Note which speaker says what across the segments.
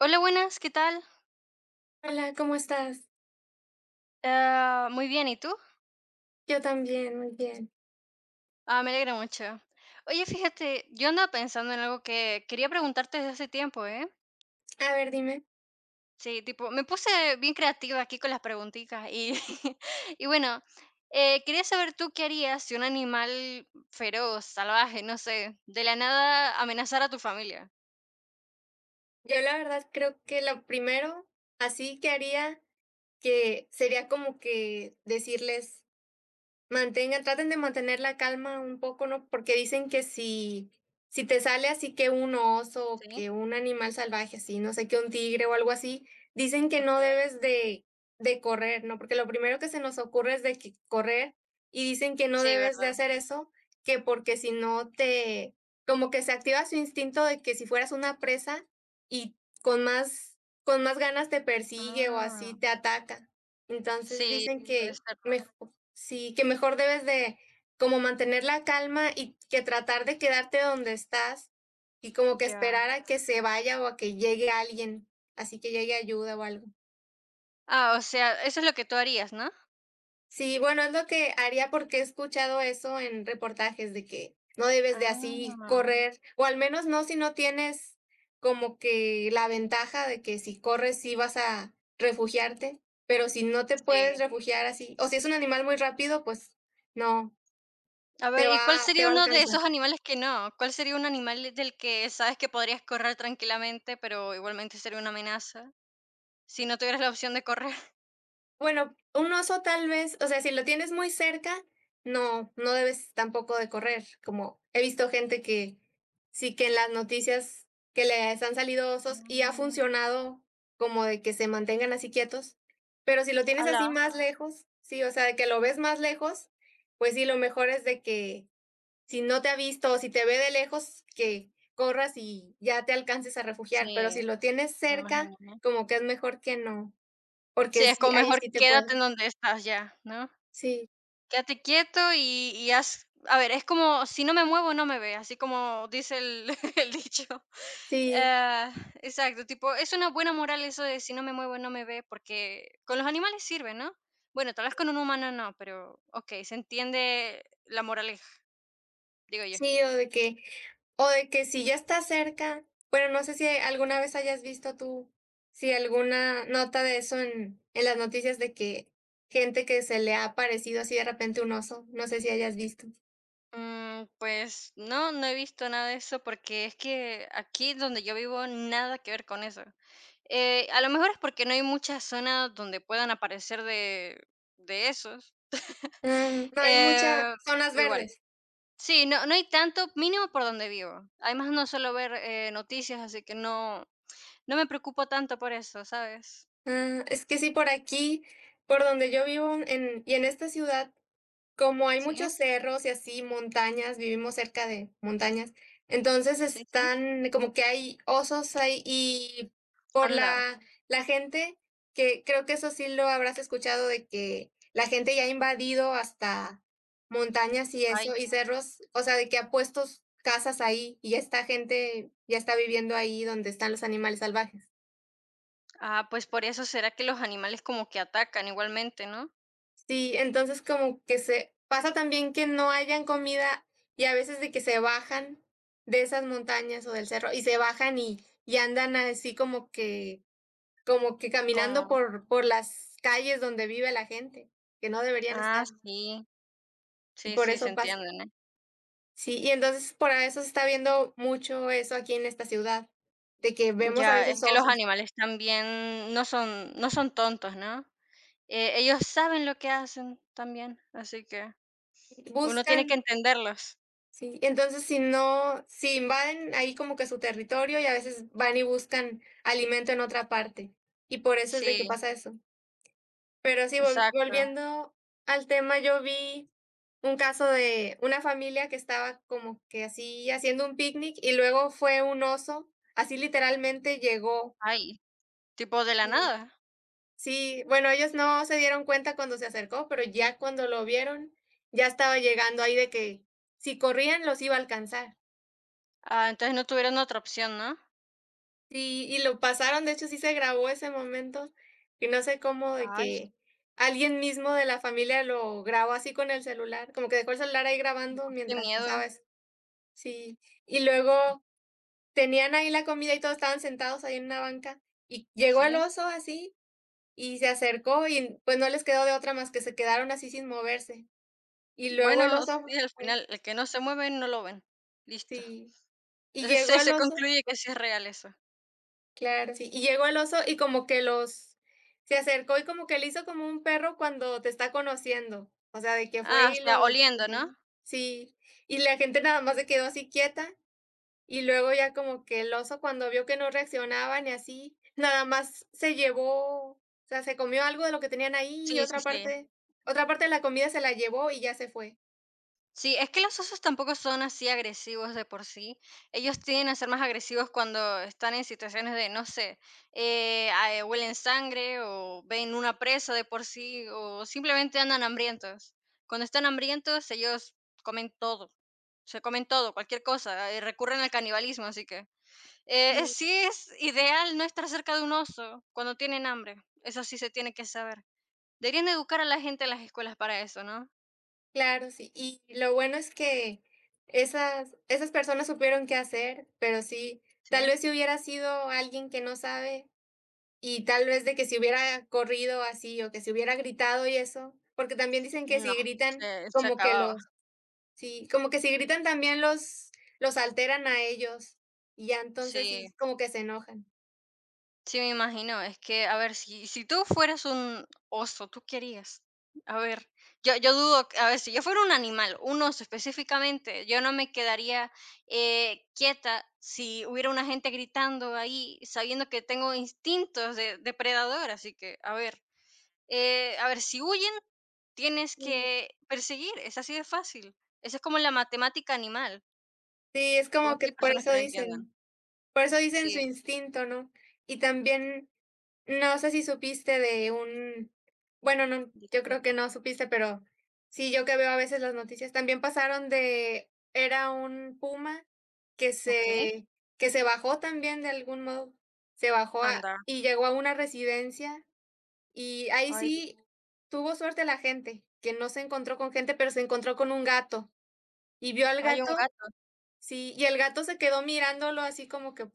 Speaker 1: Hola, buenas, ¿qué tal?
Speaker 2: Hola, ¿cómo estás?
Speaker 1: Muy bien, ¿y tú?
Speaker 2: Yo también, muy bien.
Speaker 1: Me alegra mucho. Oye, fíjate, yo andaba pensando en algo que quería preguntarte desde hace tiempo, ¿eh?
Speaker 2: A ver, dime.
Speaker 1: Sí, tipo, me puse bien creativa aquí con las preguntitas y, y bueno, quería saber tú qué harías si un animal feroz, salvaje, no sé, de la nada amenazara a tu familia.
Speaker 2: Yo la verdad creo que lo primero así que haría que sería como que decirles: Mantengan traten de mantener la calma un poco, ¿no? Porque dicen que si te sale así que un oso, o que
Speaker 1: Sí,
Speaker 2: un animal salvaje así, no sé, que un tigre o algo así, dicen que
Speaker 1: ok.
Speaker 2: no debes de correr, ¿no? Porque lo primero que se nos ocurre es de que correr, y dicen que no
Speaker 1: Sí,
Speaker 2: debes de
Speaker 1: ¿verdad?
Speaker 2: hacer eso, que porque si no te como que se activa su instinto de que si fueras una presa y con más con más ganas te persigue o
Speaker 1: Ah,
Speaker 2: así te ataca. Entonces
Speaker 1: sí,
Speaker 2: dicen
Speaker 1: puede
Speaker 2: que
Speaker 1: ser,
Speaker 2: mej sí, que mejor debes de como mantener la calma y que tratar de quedarte donde estás y como
Speaker 1: ¿no?
Speaker 2: que
Speaker 1: Ya.
Speaker 2: esperar a que se vaya o a que llegue alguien, así que llegue ayuda o algo.
Speaker 1: Ah, o sea, eso es lo que tú harías, ¿no?
Speaker 2: Sí, bueno, es lo que haría porque he escuchado eso en reportajes de que no debes de así
Speaker 1: Ah,
Speaker 2: correr, o al menos no si no tienes como que la ventaja de que si corres sí vas a refugiarte, pero si no te puedes
Speaker 1: sí.
Speaker 2: refugiar así, o si es un animal muy rápido, pues no,
Speaker 1: A ver,
Speaker 2: te va,
Speaker 1: ¿y cuál
Speaker 2: te
Speaker 1: sería
Speaker 2: va a
Speaker 1: uno de
Speaker 2: alcanzar.
Speaker 1: esos animales que no? ¿Cuál sería un animal del que sabes que podrías correr tranquilamente, pero igualmente sería una amenaza? Si no tuvieras la opción de correr.
Speaker 2: Bueno, un oso tal vez, o sea, si lo tienes muy cerca, no, no debes tampoco de correr, como he visto gente que sí que en las noticias que les han salido osos y ha
Speaker 1: Mm,
Speaker 2: funcionado como de que se mantengan así quietos, pero si lo tienes así
Speaker 1: ala.
Speaker 2: más lejos, sí, o sea, de que lo ves más lejos, pues sí, lo mejor es de que si no te ha visto o si te ve de lejos, que corras y ya te alcances a refugiar, pero
Speaker 1: Sí,
Speaker 2: si lo tienes
Speaker 1: me
Speaker 2: cerca,
Speaker 1: imagino, ¿no?
Speaker 2: como que es mejor que no,
Speaker 1: Sí,
Speaker 2: porque
Speaker 1: es
Speaker 2: sí,
Speaker 1: como
Speaker 2: ahí
Speaker 1: mejor
Speaker 2: sí te
Speaker 1: quédate en
Speaker 2: puede.
Speaker 1: donde estás ya, ¿no?
Speaker 2: Sí,
Speaker 1: Quédate quieto y haz a ver, es como: "Si no me muevo, no me ve", así como dice el el dicho.
Speaker 2: sí,
Speaker 1: Ah, exacto, tipo, es una buena moral eso de: "Si no me muevo, no me ve", porque con los animales sirve, ¿no? Bueno, tal vez con un humano no, pero okey, se entiende la moraleja, digo yo.
Speaker 2: sí, o de que si ya está cerca, bueno, no sé si alguna vez hayas visto tú, si alguna nota de eso en las noticias de que gente que se le ha aparecido así de repente un oso, no sé si hayas visto.
Speaker 1: Mm, pues no, no he visto nada de eso porque es que aquí donde yo vivo nada que ver con eso. A lo mejor es porque no hay muchas zonas donde puedan aparecer de esos.
Speaker 2: Ah, no hay mucha
Speaker 1: Eh,
Speaker 2: zonas
Speaker 1: pero igual.
Speaker 2: verdes.
Speaker 1: Sí, no, no hay tanto mínimo por donde vivo. Además no suelo ver noticias, así que no, no me preocupo tanto por eso, ¿sabes?
Speaker 2: Ah, es que sí, por aquí, por donde yo vivo en y en esta ciudad, como hay
Speaker 1: Sí,
Speaker 2: muchos cerros y así, montañas, vivimos cerca de montañas, entonces
Speaker 1: sí, sí.
Speaker 2: están como que hay osos ahí y por
Speaker 1: Anda.
Speaker 2: la gente, que creo que eso sí lo habrás escuchado, de que la gente ya ha invadido hasta montañas y
Speaker 1: Ay.
Speaker 2: eso, y cerros, o sea, de que ha puesto casas ahí y ya está gente, ya está viviendo ahí donde están los animales salvajes.
Speaker 1: Ah, pues por eso será que los animales como que atacan igualmente, ¿no?
Speaker 2: Sí, entonces como que se pasa también que no hayan comida y a veces de que se bajan de esas montañas o del cerro y se bajan y andan así como que caminando
Speaker 1: Como,
Speaker 2: por las calles donde vive la gente, que no deberían
Speaker 1: ah,
Speaker 2: estar,
Speaker 1: sí.
Speaker 2: y
Speaker 1: Sí,
Speaker 2: por
Speaker 1: sí, se
Speaker 2: eso pasa.
Speaker 1: entienden, ¿eh?
Speaker 2: Sí, y entonces por eso se está viendo mucho eso aquí en esta ciudad, de que vemos a
Speaker 1: Ya, es
Speaker 2: veces
Speaker 1: que los
Speaker 2: osos,
Speaker 1: animales también no son tontos, ¿no? Ellos saben lo que hacen también, así que uno tiene que
Speaker 2: buscan
Speaker 1: entenderlos.
Speaker 2: sí, entonces si no, si invaden ahí como que su territorio y a veces van y buscan alimento en otra parte. Y por eso es de que
Speaker 1: Sí,
Speaker 2: pasa eso. Pero sí, vol-
Speaker 1: exacto.
Speaker 2: volviendo al tema, yo vi un caso de una familia que estaba como que así haciendo un picnic y luego fue un oso, así literalmente llegó.
Speaker 1: Ay, tipo de la
Speaker 2: Y
Speaker 1: nada.
Speaker 2: sí, bueno, ellos no se dieron cuenta cuando se acercó, pero ya cuando lo vieron, ya estaba llegando ahí de que si corrían los iba a alcanzar.
Speaker 1: Ah, entonces no tuvieron otra opción, ¿no?
Speaker 2: Sí, y lo pasaron, de hecho, sí se grabó ese momento, y no sé cómo de
Speaker 1: Ay,
Speaker 2: que alguien mismo de la familia lo grabó así con el celular, como que dejó el celular ahí
Speaker 1: no,
Speaker 2: grabando
Speaker 1: pues, qué
Speaker 2: mientras
Speaker 1: miedo.
Speaker 2: pasaba eso. Sí, y luego tenían ahí la comida y todos estaban sentados ahí en una banca, y llegó el
Speaker 1: Sí.
Speaker 2: oso así y se acercó y, pues, no les quedó de otra más que se quedaron así sin moverse. Y luego
Speaker 1: Bueno,
Speaker 2: el oso
Speaker 1: sí, al
Speaker 2: fue
Speaker 1: final, el que no se mueve no lo ven. Listo.
Speaker 2: sí, y llegó el
Speaker 1: Se
Speaker 2: oso.
Speaker 1: concluye que sí es real eso.
Speaker 2: Claro, sí. Y llegó el oso y como que los se acercó y como que le hizo como un perro cuando te está conociendo. O sea, de que fue
Speaker 1: Ah, o
Speaker 2: y los
Speaker 1: sea, oliendo, ¿no?
Speaker 2: sí, sí. Y la gente nada más se quedó así quieta, y luego ya como que el oso cuando vio que no reaccionaban y así, nada más se llevó, o sea, se comió algo de lo que tenían ahí y
Speaker 1: Sí, sí,
Speaker 2: otra
Speaker 1: sí.
Speaker 2: parte otra parte de la comida se la llevó y ya se fue.
Speaker 1: Sí, es que los osos tampoco son así agresivos de por sí. Ellos tienden a ser más agresivos cuando están en situaciones de, no sé, huelen sangre o ven una presa de por sí o simplemente andan hambrientos. Cuando están hambrientos, ellos comen todo. Se comen todo, cualquier cosa, recurren al canibalismo, así que sí es ideal no estar cerca de un oso cuando tienen hambre. Eso sí se tiene que saber. Deberían educar a la gente en las escuelas para eso, ¿no?
Speaker 2: Claro, sí. Y lo bueno es que esas personas supieron qué hacer, pero sí, tal
Speaker 1: Sí.
Speaker 2: vez si hubiera sido alguien que no sabe y tal vez de que si hubiera corrido así o que si hubiera gritado y eso, porque también dicen que
Speaker 1: No,
Speaker 2: si gritan,
Speaker 1: se
Speaker 2: como que
Speaker 1: acababa.
Speaker 2: los sí, como que si gritan también los alteran a ellos y ya entonces
Speaker 1: Sí,
Speaker 2: sí, como que se enojan.
Speaker 1: sí, me imagino. Es que, a ver, si tú fueras un oso, ¿tú qué harías? A ver, yo dudo que a ver, si yo fuera un animal, un oso específicamente, yo no me quedaría, quieta si hubiera una gente gritando ahí, sabiendo que tengo instintos de depredador, así que, a ver, si huyen, tienes
Speaker 2: Sí,
Speaker 1: que perseguir, es así de fácil. Esa es como la matemática animal,
Speaker 2: sí, es
Speaker 1: como
Speaker 2: como que
Speaker 1: que hay
Speaker 2: por
Speaker 1: personas
Speaker 2: eso
Speaker 1: que no entiendan.
Speaker 2: dicen, por eso dicen su
Speaker 1: Sí,
Speaker 2: instinto, ¿no？ Y también, no sé si supiste de un bueno, no, yo creo que no supiste, pero sí, yo que veo a veces las noticias, también pasaron de era un puma que
Speaker 1: Okey,
Speaker 2: se que se bajó también de algún modo, se bajó a
Speaker 1: anda.
Speaker 2: y llegó a una residencia, y ahí
Speaker 1: Ay, di
Speaker 2: sí tuvo suerte la gente, que no se encontró con gente, pero se encontró con un gato, y vio al
Speaker 1: ay, un
Speaker 2: gato
Speaker 1: gato.
Speaker 2: sí, y el gato se quedó mirándolo así como que,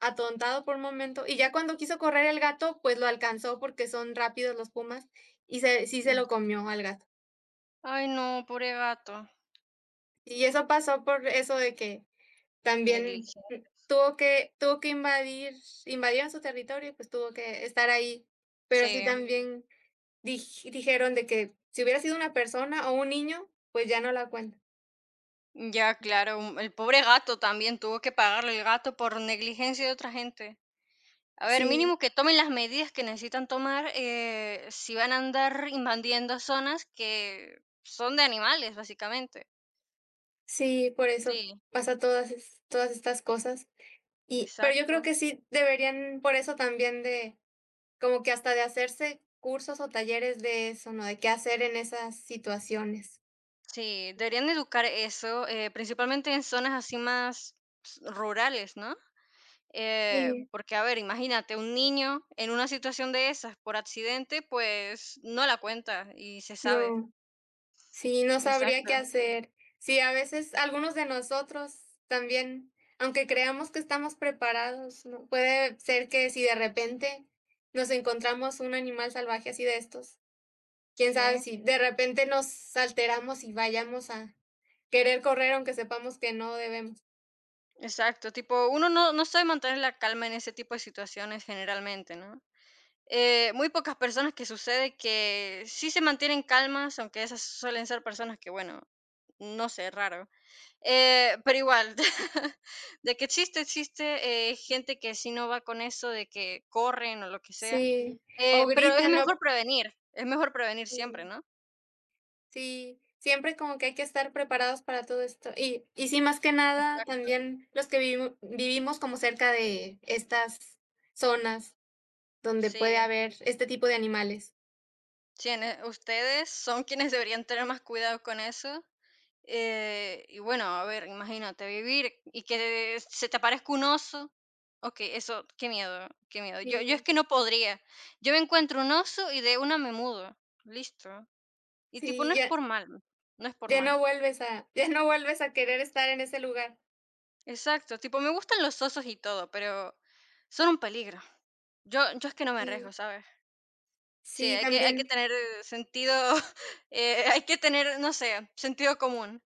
Speaker 2: atontado por un momento, y ya cuando quiso correr el gato, pues, lo alcanzó porque son rápidos los pumas, y se sí se
Speaker 1: Mm.
Speaker 2: lo comió al gato.
Speaker 1: Ay, no, pobre gato.
Speaker 2: Y eso pasó por eso de que también,
Speaker 1: Negligencia.
Speaker 2: tuvo que invadir invadieron su territorio y, pues, tuvo que estar ahí. Pero sí
Speaker 1: Sí,
Speaker 2: también dijeron de que si hubiera sido una persona o un niño, pues, ya no la cuenta.
Speaker 1: ya, claro, mm, el pobre gato también tuvo que pagarle el gato por negligencia de otra gente. A ver,
Speaker 2: Sí,
Speaker 1: mínimo que tomen las medidas que necesitan tomar, si van a andar invadiendo zonas que son de animales, básicamente.
Speaker 2: sí, por eso
Speaker 1: Sí,
Speaker 2: pasa todas estas cosas. Y pero yo creo
Speaker 1: exacto.
Speaker 2: que sí deberían por eso también de como que hasta de hacerse cursos o talleres de eso, ¿no? De qué hacer en esas situaciones.
Speaker 1: Sí, deberían educar eso, principalmente en zonas así más s rurales, ¿no?
Speaker 2: Sí.
Speaker 1: Porque, a ver, imagínate, un niño en una situación de esas por accidente, pues no la cuenta y se sabe.
Speaker 2: No, sí, no sabría
Speaker 1: Exacto,
Speaker 2: qué hacer. Sí, a veces algunos de nosotros también, aunque creamos que estamos preparados, ¿no? Puede ser que si de repente nos encontramos un animal salvaje así de estos, quién sabe
Speaker 1: sí,
Speaker 2: si de repente nos alteramos y vayamos a querer correr aunque sepamos que no debemos.
Speaker 1: exacto. Tipo, uno no, no sabe mantener la calma en ese tipo de situaciones generalmente, ¿no? Muy pocas personas que sucede que sí se mantienen calmas, aunque esas suelen ser personas que, bueno, no sé, raro. Pero igual, de que existe, existe gente que sí no va con eso, de que corren o lo que sea.
Speaker 2: Sí, o
Speaker 1: Pero
Speaker 2: gritan, ¿no?
Speaker 1: es mejor prevenir siempre,
Speaker 2: Sí.
Speaker 1: ¿no?
Speaker 2: Sí, siempre como que hay que estar preparados para todo esto. Y sí, más que nada,
Speaker 1: Exacto.
Speaker 2: también los que vivimos como cerca de estas zonas donde puede
Speaker 1: Sí.
Speaker 2: haber este tipo de animales.
Speaker 1: Sí, en e ustedes son quienes deberían tener más cuidado con eso. Y bueno, a ver, imagínate vivir y que se te aparezca un oso. Okey, eso, qué miedo, qué miedo. Yo es
Speaker 2: Sí,
Speaker 1: que no podría. Yo me encuentro un oso y de una me mudo, listo. Y tipo,
Speaker 2: sí,
Speaker 1: no es
Speaker 2: ya
Speaker 1: por mal, no es por
Speaker 2: ya
Speaker 1: mal.
Speaker 2: no vuelves a querer estar en ese lugar.
Speaker 1: Exacto, tipo, me gustan los osos y todo, pero son un peligro. Yo es que no me
Speaker 2: Sí,
Speaker 1: arriesgo, ¿sabes? Sí,
Speaker 2: sí,
Speaker 1: hay que
Speaker 2: también.
Speaker 1: tener sentido, hay que tener, no sé, sentido común.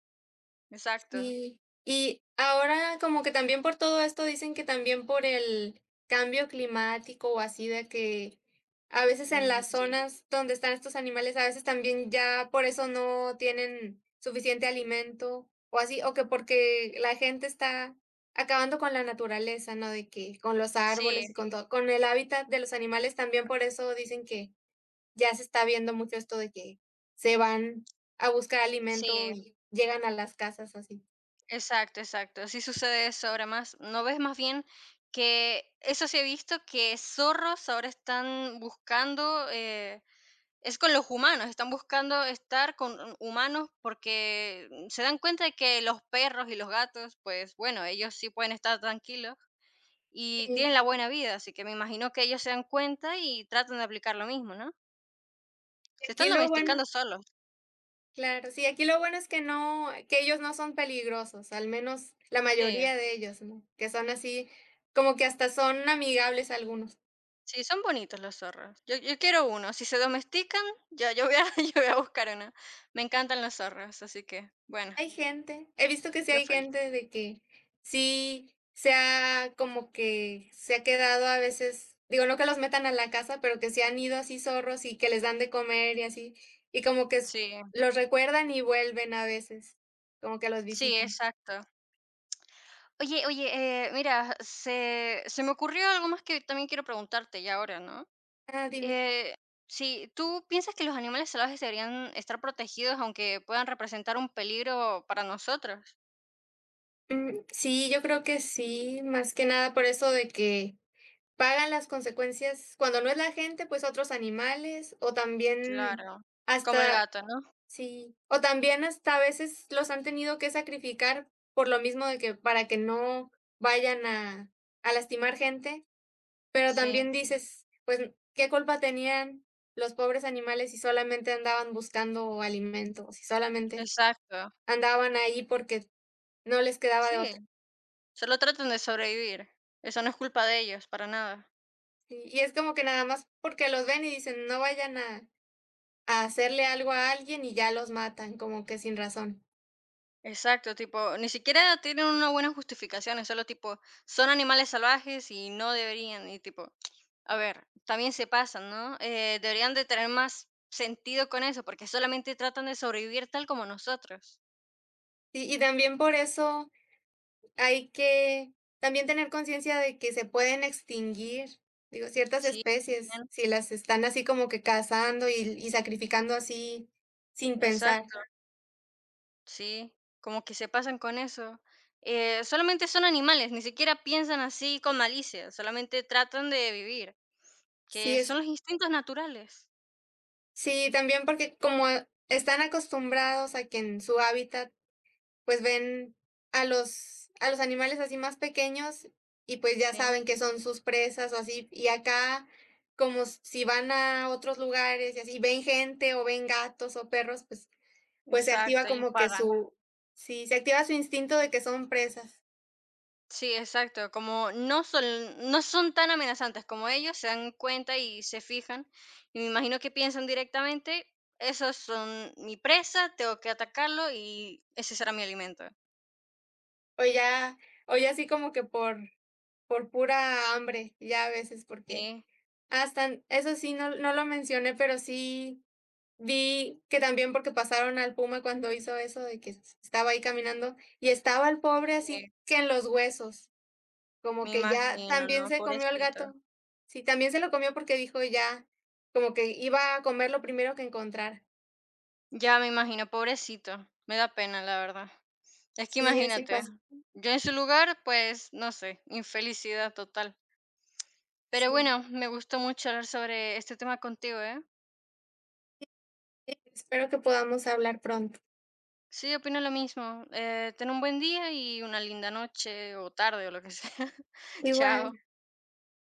Speaker 1: Exacto.
Speaker 2: Sí, y ahora como que también por todo esto dicen que también por el cambio climático o así de que a veces en
Speaker 1: Mm,
Speaker 2: las
Speaker 1: sí,
Speaker 2: zonas donde están estos animales, a veces también ya por eso no tienen suficiente alimento o así, o que porque la gente está acabando con la naturaleza, ¿no? De que con los árboles
Speaker 1: sí,
Speaker 2: y con todo, con el hábitat de los animales también por eso dicen que ya se está viendo mucho esto de que se van a buscar alimento
Speaker 1: sí,
Speaker 2: y llegan a las casas así.
Speaker 1: exacto, exacto. Sí sucede eso ahora más. ¿No ves más bien que eso sí he visto que zorros ahora están buscando, es con los humanos, están buscando estar con hu- humanos porque mm, se dan cuenta de que los perros y los gatos, pues bueno, ellos sí pueden estar tranquilos y tienen
Speaker 2: Sí,
Speaker 1: la buena vida, así que me imagino que ellos se dan cuenta y tratan de aplicar lo mismo, ¿no?
Speaker 2: y
Speaker 1: Se están
Speaker 2: aquí lo bueno
Speaker 1: domesticando solos.
Speaker 2: claro, sí, aquí lo bueno es que no que ellos no son peligrosos, al menos la
Speaker 1: Sí.
Speaker 2: mayoría de ellos, ¿no? Que son así, como que hasta son amigables algunos.
Speaker 1: Sí, son bonitos los zorros. Yo quiero uno. Si se domestican, ya yo voy a, yo voy a buscar uno. Me encantan los zorros, así que bueno,
Speaker 2: Hay gente, he visto que sí
Speaker 1: yo
Speaker 2: hay
Speaker 1: feliz.
Speaker 2: gente de que sí se ha como que se ha quedado a veces, digo, no que los metan a la casa, pero que se han ido así zorros y que les dan de comer y así, y como que s
Speaker 1: Sí,
Speaker 2: los recuerdan y vuelven a veces, como que los
Speaker 1: sí,
Speaker 2: visitan.
Speaker 1: exacto. Oye, oye, mira, se me ocurrió algo más que también quiero preguntarte ya ahora, ¿no?
Speaker 2: Ah, dime.
Speaker 1: Eh, si tú piensas que los animales salvajes deberían estar protegidos aunque puedan representar un peligro para nosotros.
Speaker 2: Mm, sí, yo creo que sí, más que nada por eso de que pagan las consecuencias, cuando no es la gente, pues otros animales, o también
Speaker 1: Claro, como el
Speaker 2: hasta
Speaker 1: gato, ¿no?
Speaker 2: sí, o también hasta a veces los han tenido que sacrificar por lo mismo de que para que no vayan a lastimar gente, pero
Speaker 1: Sí,
Speaker 2: también dices, pues, ¿qué culpa tenían los pobres animales si solamente andaban buscando alimento, si solamente
Speaker 1: exacto.
Speaker 2: andaban ahí porque no les quedaba de
Speaker 1: Sí.
Speaker 2: otra?
Speaker 1: Solo tratan de sobrevivir. Eso no es culpa de ellos, para nada.
Speaker 2: Sí, y es como que nada más porque los ven y dicen: "No vayan a hacerle algo a alguien", y ya los matan, como que sin razón.
Speaker 1: Exacto, tipo, ni siquiera tienen una buena justificación, es solo tipo, son animales salvajes y no deberían, y tipo, a ver, también se pasan, ¿no? Deberían de tener más sentido con eso, porque solamente tratan de sobrevivir tal como nosotros.
Speaker 2: Y también por eso hay que también tener conciencia de que se pueden extinguir, digo, ciertas
Speaker 1: Sí,
Speaker 2: especies,
Speaker 1: bien,
Speaker 2: si las están así como que cazando y sacrificando así sin pensar.
Speaker 1: exacto, sí, como que se pasan con eso. Solamente son animales, ni siquiera piensan así con malicia, solamente tratan de vivir,
Speaker 2: Sí
Speaker 1: que
Speaker 2: es
Speaker 1: son los instintos naturales.
Speaker 2: sí, también porque como están acostumbrados a que en su hábitat pues ven a los animales así más pequeños y pues ya
Speaker 1: Sí,
Speaker 2: saben que son sus presas o así. Y acá, como si van a otros lugares y así ven gente o ven gatos o perros, pues, pues se activa
Speaker 1: exacto, ellos
Speaker 2: como que
Speaker 1: pagan.
Speaker 2: su, sí, se activa su instinto de que son presas.
Speaker 1: Sí, exacto, como no son tan amenazantes como ellos, se dan cuenta y se fijan, y me imagino que piensan directamente, esos son mi presa, tengo que atacarlo y ese será mi alimento.
Speaker 2: O ya, o ya así como que por pura hambre, ya a veces, porque
Speaker 1: Sí,
Speaker 2: hasta, eso sí, no lo mencioné, pero sí vi que también porque pasaron al puma cuando hizo eso de que s estaba ahí caminando, y estaba el pobre así
Speaker 1: sí,
Speaker 2: que en los huesos, como
Speaker 1: me
Speaker 2: que ya
Speaker 1: imagino, ¿no?
Speaker 2: también se comió al
Speaker 1: Pobrecito.
Speaker 2: gato. Sí, también se lo comió porque dijo ya, como que iba a comer lo primero que encontrara.
Speaker 1: Ya me imagino, pobrecito. Me da pena, la verdad. Es que
Speaker 2: Sí, así
Speaker 1: imagínate,
Speaker 2: pasa.
Speaker 1: yo en su lugar, pues, no sé, infelicidad total. Pero
Speaker 2: Sí,
Speaker 1: bueno, me gustó mucho hablar sobre este tema contigo, ¿eh?
Speaker 2: espero que podamos hablar pronto.
Speaker 1: Sí, opino lo mismo. Ten un buen día y una linda noche o tarde o lo que sea. Chao.
Speaker 2: Igual.